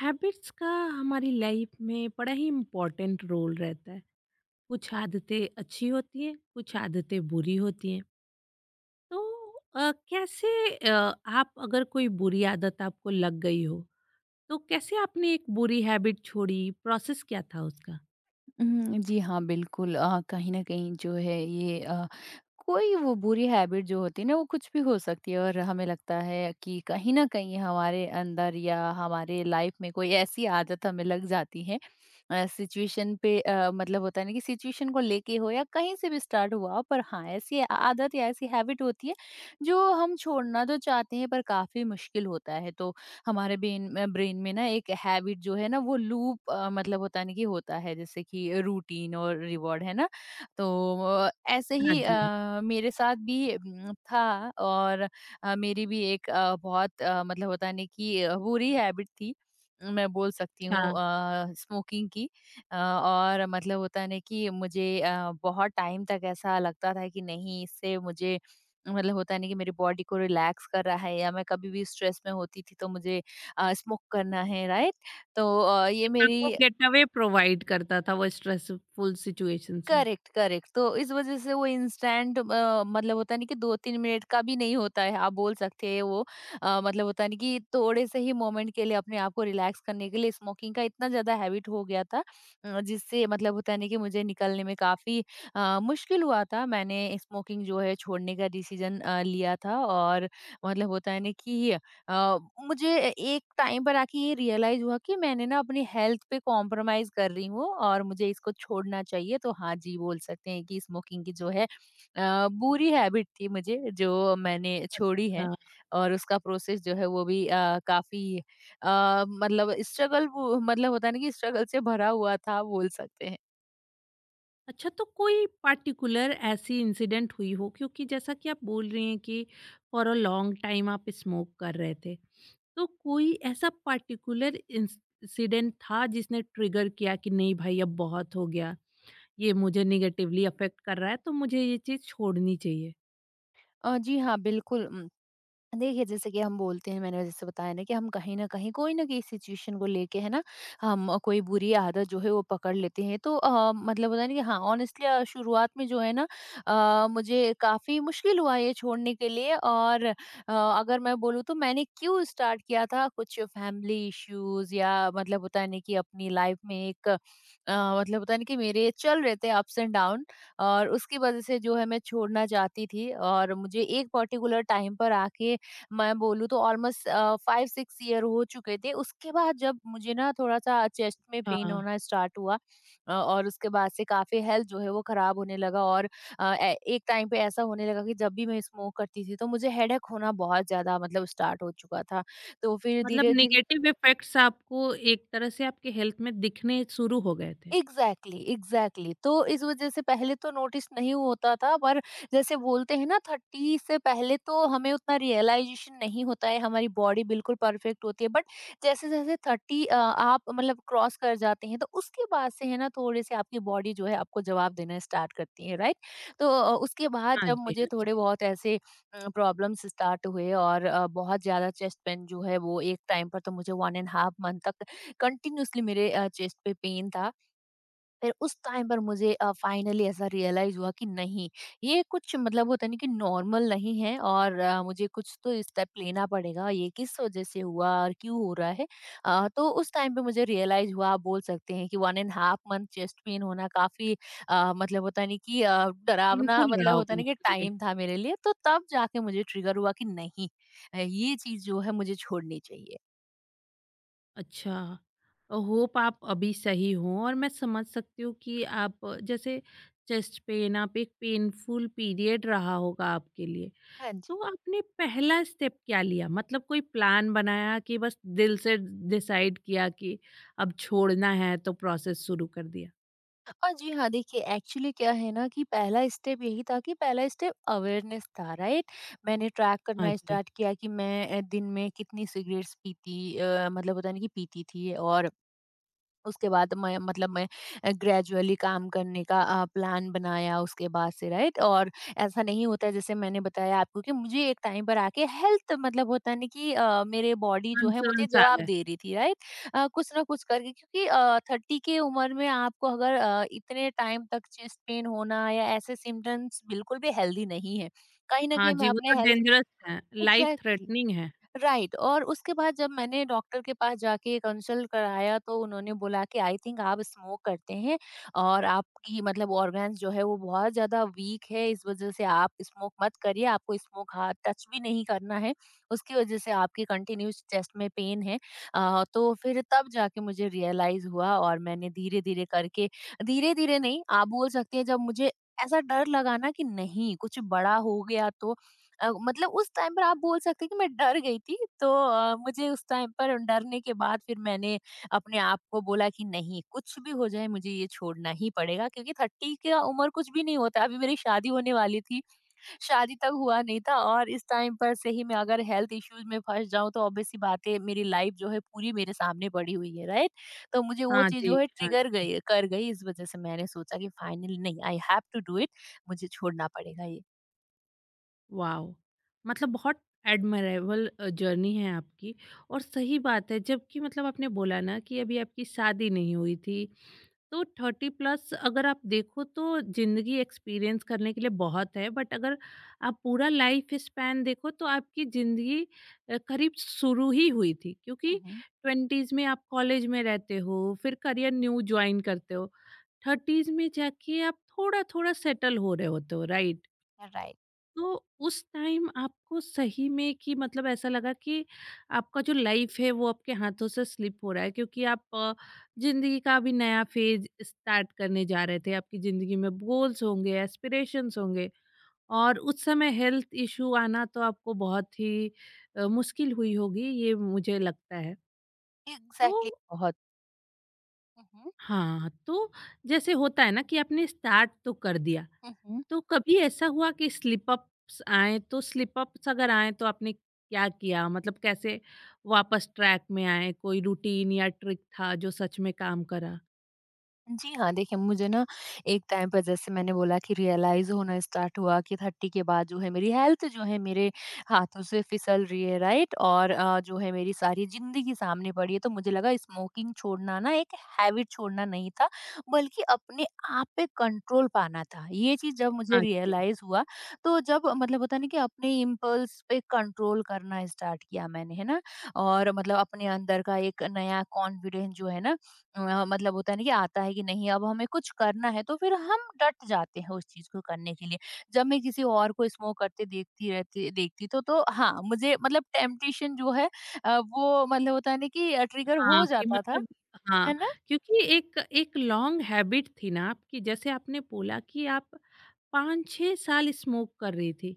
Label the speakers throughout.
Speaker 1: Habits का हमारी life में बड़ा ही इम्पोर्टेंट रोल रहता है। कुछ आदतें अच्छी होती हैं, कुछ आदतें बुरी होती हैं। तो कैसे, अ, आप अगर कोई बुरी आदत आपको लग गई हो, तो कैसे आपने एक बुरी हैबिट छोड़ी? प्रोसेस क्या था उसका?
Speaker 2: जी हाँ, बिल्कुल। कहीं न कहीं जो है ये, कोई वो बुरी हैबिट जो होती है ना, वो कुछ भी हो सकती है और हमें लगता है कि कहीं न कहीं हमारे अंदर या हमारे लाइफ में कोई ऐसी आदत हमें लग जाती है। सिचुएशन पे, मतलब होता है ना कि सिचुएशन को लेके हो या कहीं से भी स्टार्ट हुआ हो, पर हाँ, ऐसी आदत या ऐसी हैबिट होती है, जो हम छोड़ना तो चाहते हैं पर काफ़ी मुश्किल होता है। तो हमारे ब्रेन ब्रेन में ना एक हैबिट जो है ना वो लूप मतलब होता नहीं कि होता है, जैसे कि रूटीन और रिवॉर्ड है ना। तो ऐसे
Speaker 1: हाँ
Speaker 2: ही
Speaker 1: जी, हाँ।
Speaker 2: मेरे साथ भी था। और मेरी भी एक बहुत मतलब होता नहीं कि बुरी हैबिट थी, मैं बोल सकती हूँ,
Speaker 1: अच्छा।
Speaker 2: स्मोकिंग की। और मतलब होता है ना कि मुझे बहुत टाइम तक ऐसा लगता था कि नहीं इससे मुझे मतलब होता नहीं कि मेरी बॉडी को रिलैक्स कर रहा है, या मैं कभी भी स्ट्रेस में होती थी तो मुझे स्मोक करना है, राइट। तो ये
Speaker 1: एक आपको
Speaker 2: मेरी
Speaker 1: गेट अवे प्रोवाइड करता था वो स्ट्रेसफुल सिचुएशंस में।
Speaker 2: करेक्ट करेक्ट, तो इस वजह से वो इंस्टेंट मतलब होता नहीं कि दो तीन मिनट का भी नहीं होता है, आप बोल सकते हैं वो मतलब होता नहीं कि थोड़े से ही मोमेंट के लिए अपने आप को रिलैक्स करने के लिए, स्मोकिंग का इतना ज्यादा हैबिट हो गया था। जिससे मतलब होता नहीं कि मुझे निकलने में काफी मुश्किल हुआ था। मैंने स्मोकिंग जो है छोड़ने का डिसीजन लिया था, और मतलब होता है ना कि अ, मुझे ए एक टाइम पर आके ये रियलाइज़ हुआ कि मैंने ना अपनी हेल्थ पे कॉम्प्रोमाइज़ कर रही हूँ और मुझे इसको छोड़ना चाहिए। तो हाँ जी, बोल सकते हैं कि स्मोकिंग की जो है बुरी हैबिट थी मुझे, जो मैंने छोड़ी है।
Speaker 1: अच्छा।
Speaker 2: और उसका प्रोसेस जो है वो भी काफ़ी मतलब स्ट्रगल, वो मतलब होता है ना कि स्ट्रगल से भरा हुआ था, बोल सकते हैं।
Speaker 1: अच्छा, तो कोई पार्टिकुलर ऐसी इंसिडेंट हुई हो? क्योंकि जैसा कि आप बोल रही हैं कि फॉर अ लॉन्ग टाइम आप स्मोक कर रहे थे, तो कोई ऐसा पार्टिकुलर इंसिडेंट था जिसने ट्रिगर किया कि नहीं भाई, अब बहुत हो गया, ये मुझे निगेटिवली अफेक्ट कर रहा है, तो मुझे ये चीज़ छोड़नी चाहिए?
Speaker 2: जी हाँ, बिल्कुल। देखिए, जैसे कि हम बोलते हैं, मैंने जैसे बताया ना कि हम कहीं न कहीं, कोई ना कोई सिचुएशन को लेके है ना, हम कोई बुरी आदत जो है वो पकड़ लेते हैं। तो मतलब होता है ना कि हाँ, ऑनेस्टली शुरुआत में जो है ना मुझे काफ़ी मुश्किल हुआ ये छोड़ने के लिए। और अगर मैं बोलूँ तो मैंने क्यों स्टार्ट किया था, कुछ फैमिली इश्यूज़, या मतलब होता है ना कि अपनी लाइफ में एक मतलब होता है ना कि मेरे चल रहे थे अप्स एंड डाउन। और उसकी वज़ह से जो है मैं छोड़ना चाहती थी, और मुझे एक पर्टिकुलर टाइम पर आके मैं बोलूँ तो ऑलमोस्ट 5-6 ईयर हो चुके थे। उसके बाद जब मुझे ना थोड़ा-सा चेस्ट में पेन
Speaker 1: हाँ।
Speaker 2: होना स्टार्ट हुआ। और उसके बाद से काफ़ी हेल्थ जो है वो खराब होने लगा। और ए एक टाइम पे ऐसा होने लगा कि जब भी मैं स्मोक करती थी तो मुझे हेडेक होना बहुत ज़्यादा मतलब स्टार्ट हो चुका था। तो फिर
Speaker 1: मतलब
Speaker 2: धीरे-धीरे
Speaker 1: नेगेटिव इफेक्ट्स आपको एक तरह से आपके हेल्थ में दिखने शुरू हो गए थे।
Speaker 2: एग्जैक्टली एग्जैक्टली, तो इस वजह से पहले तो नोटिस नहीं होता था, पर जैसे बोलते हैं ना, 30 से पहले तो हमें उतना रियलाइजेशन नहीं होता है, हमारी बॉडी बिल्कुल परफेक्ट होती है, बट जैसे जैसे 30 आप मतलब क्रॉस कर जाते हैं, तो उसके बाद से है ना, थोड़े से आपकी बॉडी जो है आपको जवाब देना स्टार्ट करती है, राइट। तो उसके बाद
Speaker 1: हाँ
Speaker 2: जब
Speaker 1: जी,
Speaker 2: मुझे
Speaker 1: हाँ जी।
Speaker 2: थोड़े बहुत ऐसे प्रॉब्लम्स स्टार्ट हुए। और बहुत ज़्यादा चेस्ट पेन जो है वो एक टाइम पर तो मुझे वन एंड हाफ मंथ तक कंटिन्यूसली मेरे चेस्ट पे पेन था। फिर उस टाइम पर मुझे फाइनली ऐसा रियलाइज हुआ कि नहीं, ये कुछ मतलब होता नहीं कि नॉर्मल नहीं है। और मुझे कुछ तो स्टेप लेना पड़ेगा, ये किस वजह से हुआ और क्यों हो रहा है। तो उस टाइम पे मुझे रियलाइज हुआ, आप बोल सकते हैं कि one and half month chest pain होना काफी मतलब होता नहीं कि डरावना
Speaker 1: पेनफुल रहा
Speaker 2: मतलब होता
Speaker 1: होगा
Speaker 2: नहीं कि
Speaker 1: आपके लिए।
Speaker 2: टाइम था मेरे लिए। तो तब जाके मुझे ट्रिगर हुआ कि नहीं, ये चीज जो है मुझे छोड़नी चाहिए।
Speaker 1: अच्छा, होप आप अभी सही हो। और मैं समझ सकती हूँ कि आप, जैसे चेस्ट पेन, आप एक पेनफुल पीरियड रहा होगा आपके लिए।
Speaker 2: हाँ जी।
Speaker 1: तो आपने पहला स्टेप क्या लिया? मतलब कोई प्लान बनाया कि बस दिल से डिसाइड किया कि अब छोड़ना है तो प्रोसेस शुरू कर दिया?
Speaker 2: और जी हाँ, देखिए एक्चुअली क्या है ना कि पहला स्टेप यही था कि पहला स्टेप अवेयरनेस था, राइट? मैंने ट्रैक
Speaker 1: हाँ
Speaker 2: करना
Speaker 1: जी।
Speaker 2: स्टार्ट किया कि मैं दिन में कितनी सिगरेट्स पीती मतलब होता है ना कि पीती थी। और उसके बाद मैं मतलब मैं ग्रेजुअली काम करने का प्लान बनाया उसके बाद से, राइट। और ऐसा नहीं होता है, जैसे मैंने बताया आपको कि मुझे एक टाइम पर आके हेल्थ मतलब होता है ना कि मेरे बॉडी जो है मुझे
Speaker 1: कंसर्न्स आ
Speaker 2: जवाब
Speaker 1: गए।
Speaker 2: दे रही थी, राइट। कुछ ना कुछ करके, क्योंकि 30 के उम्र में आपको अगर इतने टाइम तक चेस्ट पेन होना या ऐसे सिम्टम्स बिल्कुल भी हेल्दी नहीं है। कहीं ना
Speaker 1: हाँ
Speaker 2: कहीं मैं
Speaker 1: जी, वो
Speaker 2: अपने
Speaker 1: तो
Speaker 2: हेल्थ
Speaker 1: डेंजरस है, लाइफ
Speaker 2: एग्जैक्टली,
Speaker 1: थ्रेटनिंग है।
Speaker 2: राइट। और उसके बाद जब मैंने डॉक्टर के पास जाके कंसल्ट कराया तो उन्होंने बोला कि आई थिंक आप स्मोक करते हैं, और आपकी मतलब ऑर्गन्स जो है वो बहुत ज़्यादा वीक है, इस वजह से आप स्मोक मत करिए, आपको स्मोक हाथ टच भी नहीं करना है, उसकी वजह से आपकी कंटिन्यूस चेस्ट में पेन है। तो फिर तब जाके मुझे रियलाइज हुआ। और मैंने धीरे धीरे करके, धीरे धीरे नहीं आप बोल सकते हैं, जब मुझे ऐसा डर लगा ना कि नहीं कुछ बड़ा हो गया, तो मतलब उस टाइम पर आप बोल सकते हैं कि मैं डर गई थी। तो मुझे उस टाइम पर डरने के बाद फिर मैंने अपने आप को बोला कि नहीं कुछ भी हो जाए, मुझे ये छोड़ना ही पड़ेगा, क्योंकि थर्टी का उम्र कुछ भी नहीं होता। अभी मेरी शादी होने वाली थी, शादी तक हुआ नहीं था, और इस टाइम पर से ही मैं अगर हेल्थ इश्यूज में फंस जाऊं तो ऑब्वियस सी बात है, मेरी लाइफ जो है पूरी मेरे सामने पड़ी हुई है, राइट। तो मुझे वो
Speaker 1: हाँ
Speaker 2: चीज
Speaker 1: जी,
Speaker 2: जो है
Speaker 1: हाँ
Speaker 2: ट्रिगर
Speaker 1: जी।
Speaker 2: गई कर गई, इस वजह से मैंने सोचा कि फाइनली, नहीं, I have to do it, मुझे छोड़ना पड़ेगा ये।
Speaker 1: वाओ! मतलब बहुत एडमायरेबल जर्नी है आपकी। और सही बात है, जबकि मतलब आपने बोला ना कि अभी आपकी शादी नहीं हुई थी, तो 30 प्लस अगर आप देखो तो ज़िंदगी एक्सपीरियंस करने के लिए बहुत है, बट अगर आप पूरा लाइफ स्पैन देखो तो आपकी ज़िंदगी करीब शुरू ही हुई थी। क्योंकि
Speaker 2: हम्म।
Speaker 1: 20s में आप कॉलेज में रहते हो, फिर करियर न्यू जॉइन करते हो, 30s में जाके आप थोड़ा-थोड़ा सेटल हो रहे होते हो, राइट?
Speaker 2: राइट।
Speaker 1: तो उस टाइम आपको सही में कि मतलब ऐसा लगा कि आपका जो लाइफ है वो आपके हाथों से स्लिप हो रहा है, क्योंकि आप, जिंदगी का अभी नया फेज स्टार्ट करने जा रहे थे। आपकी जिंदगी में गोल्स होंगे, एस्पिरेशंस होंगे, और उस समय हेल्थ इशू आना तो आपको बहुत ही मुश्किल हुई होगी, ये मुझे लगता है। तो
Speaker 2: एग्जैक्टली, बहुत। हुँ, हुँ,
Speaker 1: हाँ, तो जैसे होता है ना कि आपने स्टार्ट तो कर दिया,
Speaker 2: हुँ,
Speaker 1: तो कभी ऐसा हुआ कि स्लिप अप्स आए? तो स्लिप अप्स अगर आए तो आपने क्या किया? मतलब कैसे वापस ट्रैक में आए? कोई रूटीन या ट्रिक था जो सच में काम करा?
Speaker 2: जी हाँ। देखिए, मुझे ना एक टाइम पर जैसे मैंने बोला कि रियलाइज़ होना स्टार्ट हुआ कि 30 के बाद जो है मेरी हेल्थ जो है मेरे हाथों से फिसल रही है, राइट? और जो है मेरी सारी ज़िंदगी सामने पड़ी है। तो मुझे लगा स्मोकिंग छोड़ना ना एक हैबिट छोड़ना नहीं था, बल्कि अपने आप पे कंट्रोल पाना था। ये चीज़ जब मुझे
Speaker 1: हाँ जी।
Speaker 2: रियलाइज़ हुआ, तो जब मतलब होता है ना कि अपने इम्पल्स पे कंट्रोल करना स्टार्ट किया मैंने, है ना? और मतलब अपने अंदर का एक नया कॉन्फिडेंस जो है ना, मतलब होता है ना कि आता है कि नहीं अब हमें कुछ करना है, तो फिर हम डट जाते हैं उस चीज को करने के लिए। जब मैं किसी और को स्मोक करते देखती तो हाँ मुझे मतलब टेम्पटेशन जो है वो मतलब होता है ना कि ट्रिगर हो
Speaker 1: हाँ, कि
Speaker 2: जाता था,
Speaker 1: मतलब।
Speaker 2: है
Speaker 1: हाँ,
Speaker 2: ना।
Speaker 1: क्योंकि एक एक लॉन्ग हैबिट थी ना आपकी, जैसे आपने बोला कि आप 5-6 साल स्मोक कर रही थी।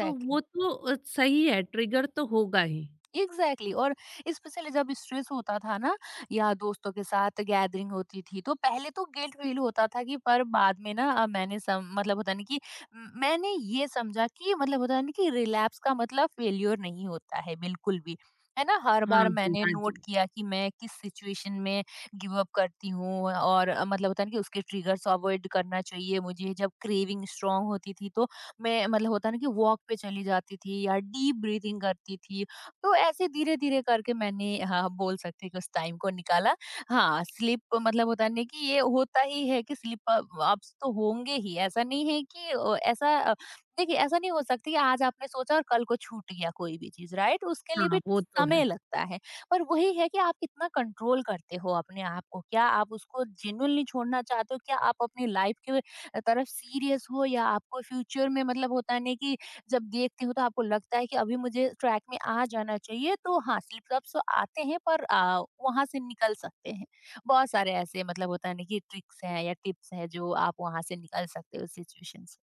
Speaker 1: तो वो तो सही है, ट्रिगर तो होगा ही।
Speaker 2: Exactly exactly। और स्पेशली जब स्ट्रेस होता था ना, या दोस्तों के साथ गैदरिंग होती थी, तो पहले तो गिल्ट फील होता था कि, पर बाद में ना मैंने मतलब होता नहीं कि मैंने ये समझा कि मतलब होता नहीं कि रिलैप्स का मतलब फेल्योर नहीं होता है बिल्कुल भी, है ना। हर
Speaker 1: हाँ
Speaker 2: बार
Speaker 1: जी,
Speaker 2: मैंने
Speaker 1: हाँ
Speaker 2: नोट
Speaker 1: जी।
Speaker 2: किया कि मैं किस सिचुएशन में गिव अप करती हूँ। और मतलब होता है ना कि उसके ट्रिगर्स अवॉइड करना चाहिए मुझे। जब क्रेविंग स्ट्रांग होती थी, तो मैं मतलब होता है ना कि वॉक पे चली जाती थी या डीप ब्रीथिंग करती थी। तो ऐसे धीरे-धीरे करके मैंने, हाँ, हम बोल सकते हैं कि उस टाइम को निकाला। हाँ, स्लिप मतलब होता है ना कि ये होता ही है कि स्लिप अप अप्स तो होंगे ही। ऐसा नहीं है कि ऐसा देखिए ऐसा नहीं हो सकता कि आज आपने सोचा और कल को छूट गया कोई भी चीज़, राइट? उसके लिए
Speaker 1: हाँ,
Speaker 2: भी
Speaker 1: वो तो
Speaker 2: समय
Speaker 1: है।
Speaker 2: लगता है। पर वही है कि आप कितना कंट्रोल करते हो अपने आप को, क्या आप उसको जेन्युइनली छोड़ना चाहते हो? क्या आप अपनी लाइफ के तरफ सीरियस हो या आपको फ्यूचर में मतलब होता है ना कि जब देखती हूँ तो आपको लगता है कि अभी मुझे ट्रैक में आ जाना चाहिए तो हाँ स्लिप-अप्स तो आते हैं पर वहाँ से निकल सकते हैं। बहुत सारे ऐसे मतलब होता है ना कि ट्रिक्स हैं या टिप्स हैं जो आप वहाँ से निकल सकते हो सिचुएशन से।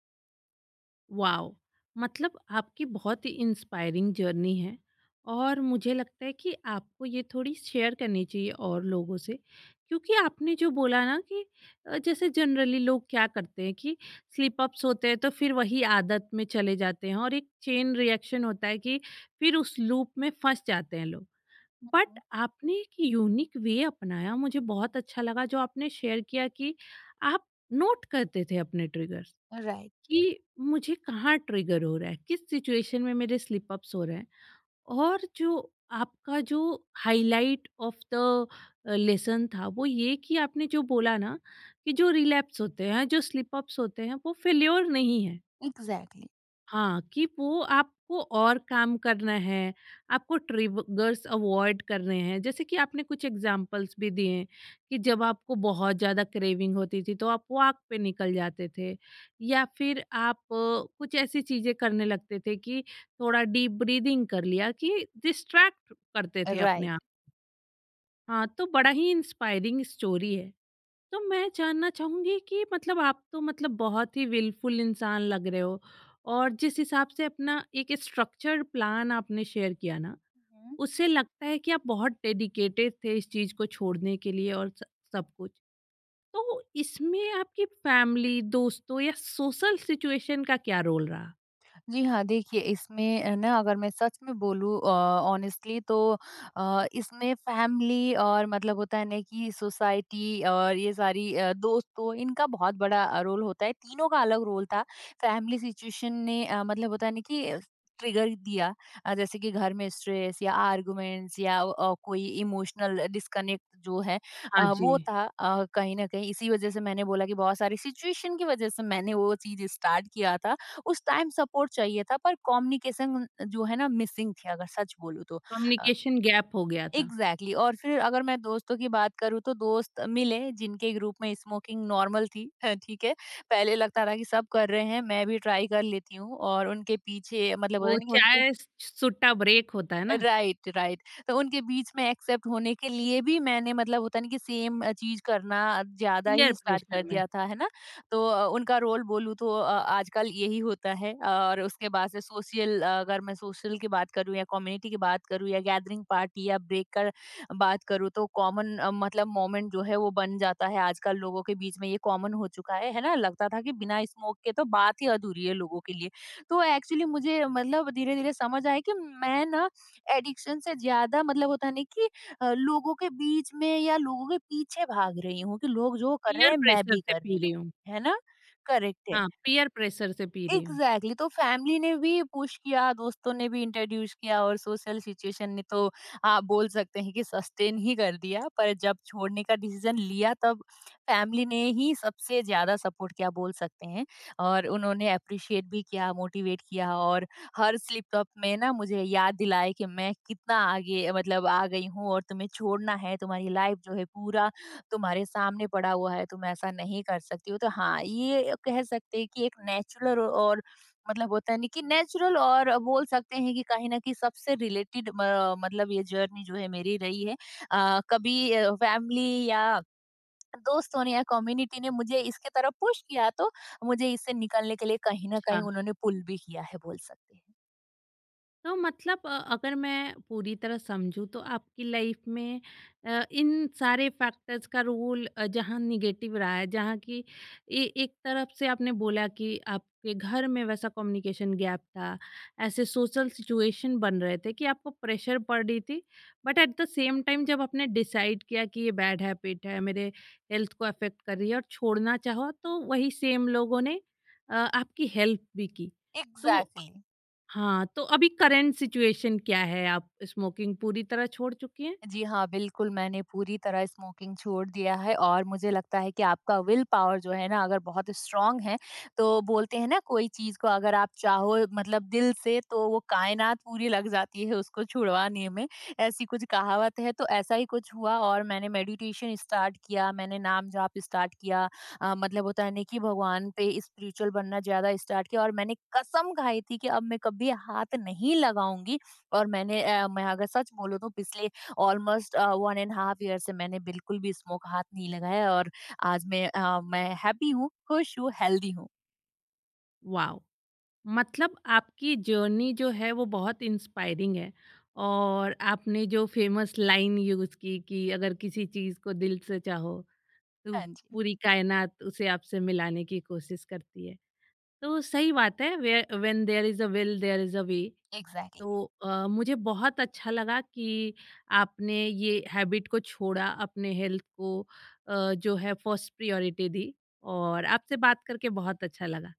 Speaker 1: वाओ! मतलब आपकी बहुत ही इंस्पायरिंग जर्नी है। और मुझे लगता है कि आपको ये थोड़ी शेयर करनी चाहिए और लोगों से, क्योंकि आपने जो बोला ना कि जैसे जनरली लोग क्या करते हैं कि स्लिप अप्स होते हैं तो फिर वही आदत में चले जाते हैं और एक चेन रिएक्शन होता है कि फिर उस लूप में फंस जाते हैं लोग।
Speaker 2: हुँ,
Speaker 1: बट
Speaker 2: हुँ।
Speaker 1: आपने एक यूनिक वे अपनाया, मुझे बहुत अच्छा लगा जो आपने शेयर किया कि आप नोट करते थे अपने ट्रिगर्स।
Speaker 2: राइट,
Speaker 1: कि मुझे कहाँ ट्रिगर हो रहा है, किस सिचुएशन में मेरे स्लिप अप्स हो रहे हैं। और जो आपका जो हाइलाइट ऑफ द लेसन था वो ये कि आपने जो बोला ना कि जो रिलैप्स होते हैं, जो स्लिप अप्स होते हैं वो फेल्योर नहीं है।
Speaker 2: एग्ज़ैक्टली।
Speaker 1: हाँ, कि वो आपको और काम करना है, आपको ट्रिगर्स अवॉइड करने हैं। जैसे कि आपने कुछ एग्ज़ाम्पल्स भी दिए कि जब आपको बहुत ज़्यादा क्रेविंग होती थी, तो आप वॉक पे निकल जाते थे या फिर आप कुछ ऐसी चीज़ें करने लगते थे कि थोड़ा डीप ब्रीदिंग कर लिया, कि डिस्ट्रैक्ट करते थे अपने
Speaker 2: राइट।
Speaker 1: आप। हाँ, तो बड़ा ही इंस्पायरिंग स्टोरी है। तो मैं जानना चाहूँगी कि मतलब आप तो मतलब बहुत ही विलफुल इंसान लग रहे हो, और जिस हिसाब से अपना एक स्ट्रक्चर्ड प्लान आपने शेयर किया ना,
Speaker 2: हुँ।
Speaker 1: उससे लगता है कि आप बहुत डेडिकेटेड थे इस चीज़ को छोड़ने के लिए और स सब कुछ। तो इसमें आपकी फैमिली, दोस्तों या सोशल सिचुएशन का क्या रोल रहा?
Speaker 2: जी हाँ, देखिए इसमें ना अगर मैं सच में बोलूँ ऑनेस्टली तो इसमें फैमिली और मतलब होता है ना कि सोसाइटी और ये सारी दोस्तों इनका बहुत बड़ा रोल होता है। तीनों का अलग रोल था। फैमिली सिचुएशन ने मतलब होता है ना कि ट्रिगर दिया जैसे कि घर में स्ट्रेस या आर्गुमेंट्स या कोई इमोशनल डिस्कनेक्ट जो है,
Speaker 1: हाँ जी।
Speaker 2: वो था। कहीं न कहीं इसी वज़ह से मैंने बोला कि बहुत सारी सिचुएशन की वज़ह से मैंने वो चीज़ स्टार्ट किया था। उस टाइम सपोर्ट चाहिए था पर कम्युनिकेशन जो है ना मिसिंग थी अगर सच बोलूँ तो। अ,
Speaker 1: कम्युनिकेशन गैप हो गया था।
Speaker 2: एग्ज़ैक्टली और फिर अगर मैं दोस्तों की बात करूँ तो दोस्त मिले जिनके ग्रुप में स्मोकिंग नॉर्मल थी ठीक है। पहले लगता था कि सब कर रहे हैं मैं भी ट्राई कर लेती हूँ और उनके पीछे मतलब होता
Speaker 1: वो
Speaker 2: नहीं उनके।
Speaker 1: चाय, स सुट्टा ब्रेक होता है ना?
Speaker 2: Right, right. तो उनके बीच में एक्सेप्ट होने के लिए भी मैंने मतलब होता नहीं कि सेम चीज़ करना ज़्यादा ही
Speaker 1: पीयर
Speaker 2: स्टार्ट
Speaker 1: प्रेशर
Speaker 2: कर
Speaker 1: में।
Speaker 2: दिया था, है ना? तो उनका रोल बोलूँ तो आजकल यही होता है और उसके बाद से सोशल अगर मैं सोशल की बात करूँ या कम्युनिटी की बात करूँ या गैदरिंग पार्टी या ब्रेक का बात करूँ तो कॉमन मतलब मोमेंट जो है वो बन जाता है। आजकल लोगों के बीच में ये कॉमन हो चुका है ना? लगता था कि बिना स्मोक के तो बात ही अधूरी है लोगों के लिए। तो एक्चुअली मुझे मतलब धीरे-धीरे समझ आया कि मैं ना एडिक्शन से ज़्यादा मतलब होता है ना कि लोगों के बीच में या लोगों के पीछे भाग रही हूँ कि लोग जो कर रहे
Speaker 1: पीयर
Speaker 2: हैं मैं
Speaker 1: प्रेशर
Speaker 2: भी
Speaker 1: से
Speaker 2: कर
Speaker 1: पी
Speaker 2: रही
Speaker 1: रही
Speaker 2: हूँ,
Speaker 1: हूँ।
Speaker 2: है ना? करेक्ट है।
Speaker 1: हाँ, पीयर प्रेशर से पी रही हूँ।
Speaker 2: Exactly exactly. तो फैमिली ने भी पुश किया, दोस्तों ने भी इंट्रोड्यूस किया और सोशल सिचुएशन ने तो आप बोल सकते हैं कि सस्टेन ही कर दिया। पर जब छोड़ने का डिसीजन लिया तब फैमिली ने ही सबसे ज़्यादा सपोर्ट किया बोल सकते हैं और उन्होंने एप्रिशिएट भी किया, मोटिवेट किया और हर स्लिप अप में ना मुझे याद दिलाए कि मैं कितना आगे मतलब आ गई हूँ और तुम्हें छोड़ना है, तुम्हारी लाइफ जो है पूरा तुम्हारे सामने पड़ा हुआ है, तुम ऐसा नहीं कर सकती हो। तो हाँ, ये कह सकते हैं कि एक नेचुरल और मतलब होता है ना कि नेचुरल और बोल सकते हैं कि कहीं न कहीं सबसे रिलेटेड म मतलब ये जर्नी जो है मेरी रही है। कभी फैमिली या दोस्तों ने या कम्युनिटी ने मुझे इसकी तरफ पुश किया तो मुझे इससे निकलने के लिए कहीं न
Speaker 1: हाँ,
Speaker 2: कहीं उन्होंने पुल भी किया है बोल सकते हैं।
Speaker 1: तो मतलब, अगर मैं पूरी तरह समझूँ तो आपकी लाइफ में, इन सारे फैक्टर्स का रोल, जहाँ निगेटिव रहा है, जहाँ की एक तरफ से आपने बोला कि आपके घर में वैसा कम्युनिकेशन गैप था, ऐसे सोशल सिचुएशन बन रहे थे कि आपको प्रेशर पड़ रही थी, but at the same time जब आपने डिसाइड किया कि ये बैड हैबिट है, मेरे हेल्थ को अफेक्ट कर रही है और छोड़ना चाहो, तो वही सेम लोगों ने आपकी हेल्प भी की। तो
Speaker 2: एग्ज़ैक्टली।
Speaker 1: हाँ, तो अभी करंट सिचुएशन क्या है? आप स्मोकिंग पूरी तरह छोड़ चुकी हैं?
Speaker 2: जी हाँ, बिल्कुल, मैंने पूरी तरह स्मोकिंग छोड़ दिया है और मुझे लगता है कि आपका विल पावर जो है ना अगर बहुत स्ट्रॉन्ग है, तो बोलते हैं ना कोई चीज़ को अगर आप चाहो मतलब दिल से तो वो कायनात पूरी लग जाती है उसको छुड़वाने में, ऐसी कुछ कहावत है। तो ऐसा ही कुछ हुआ और मैंने मेडिटेशन स्टार्ट किया, मैंने नाम जाप स्टार्ट किया मतलब होता है ना कि भगवान पे स्पिरिचुअल बनना ज़्यादा स्टार्ट किया और मैंने कसम खाई थी कि अब मैं कभी हाथ नहीं लगाऊँगी और मैं अगर सच बोलूँ तो पिछले ऑलमोस्ट 1 एंड हाफ ईयर से मैंने बिल्कुल भी स्मोक हाथ नहीं लगाया और आज मैं हैप्पी हूँ, खुश हूँ, हेल्दी हूँ।
Speaker 1: वॉव! मतलब आपकी जर्नी जो है वो बहुत इंस्पायरिंग है। और आपने जो फेमस लाइन यूज़ की कि अगर किसी चीज़ को दिल से चाहो, तो
Speaker 2: हाँ जी।
Speaker 1: पूरी कायनात उसे आपसे मिलाने की कोशिश करती है। तो सही बात है, where when there is a will there is a way.
Speaker 2: Exactly.
Speaker 1: तो मुझे बहुत अच्छा लगा कि आपने ये हैबिट को छोड़ा, अपने हेल्थ को जो है फर्स्ट प्रायोरिटी दी। और आपसे बात करके बहुत अच्छा लगा।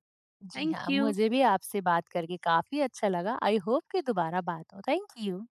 Speaker 2: जी
Speaker 1: थैंक
Speaker 2: हाँ।
Speaker 1: यू।
Speaker 2: मुझे भी आपसे बात करके काफ़ी अच्छा लगा। आई होप कि दोबारा बात हो। Thank you.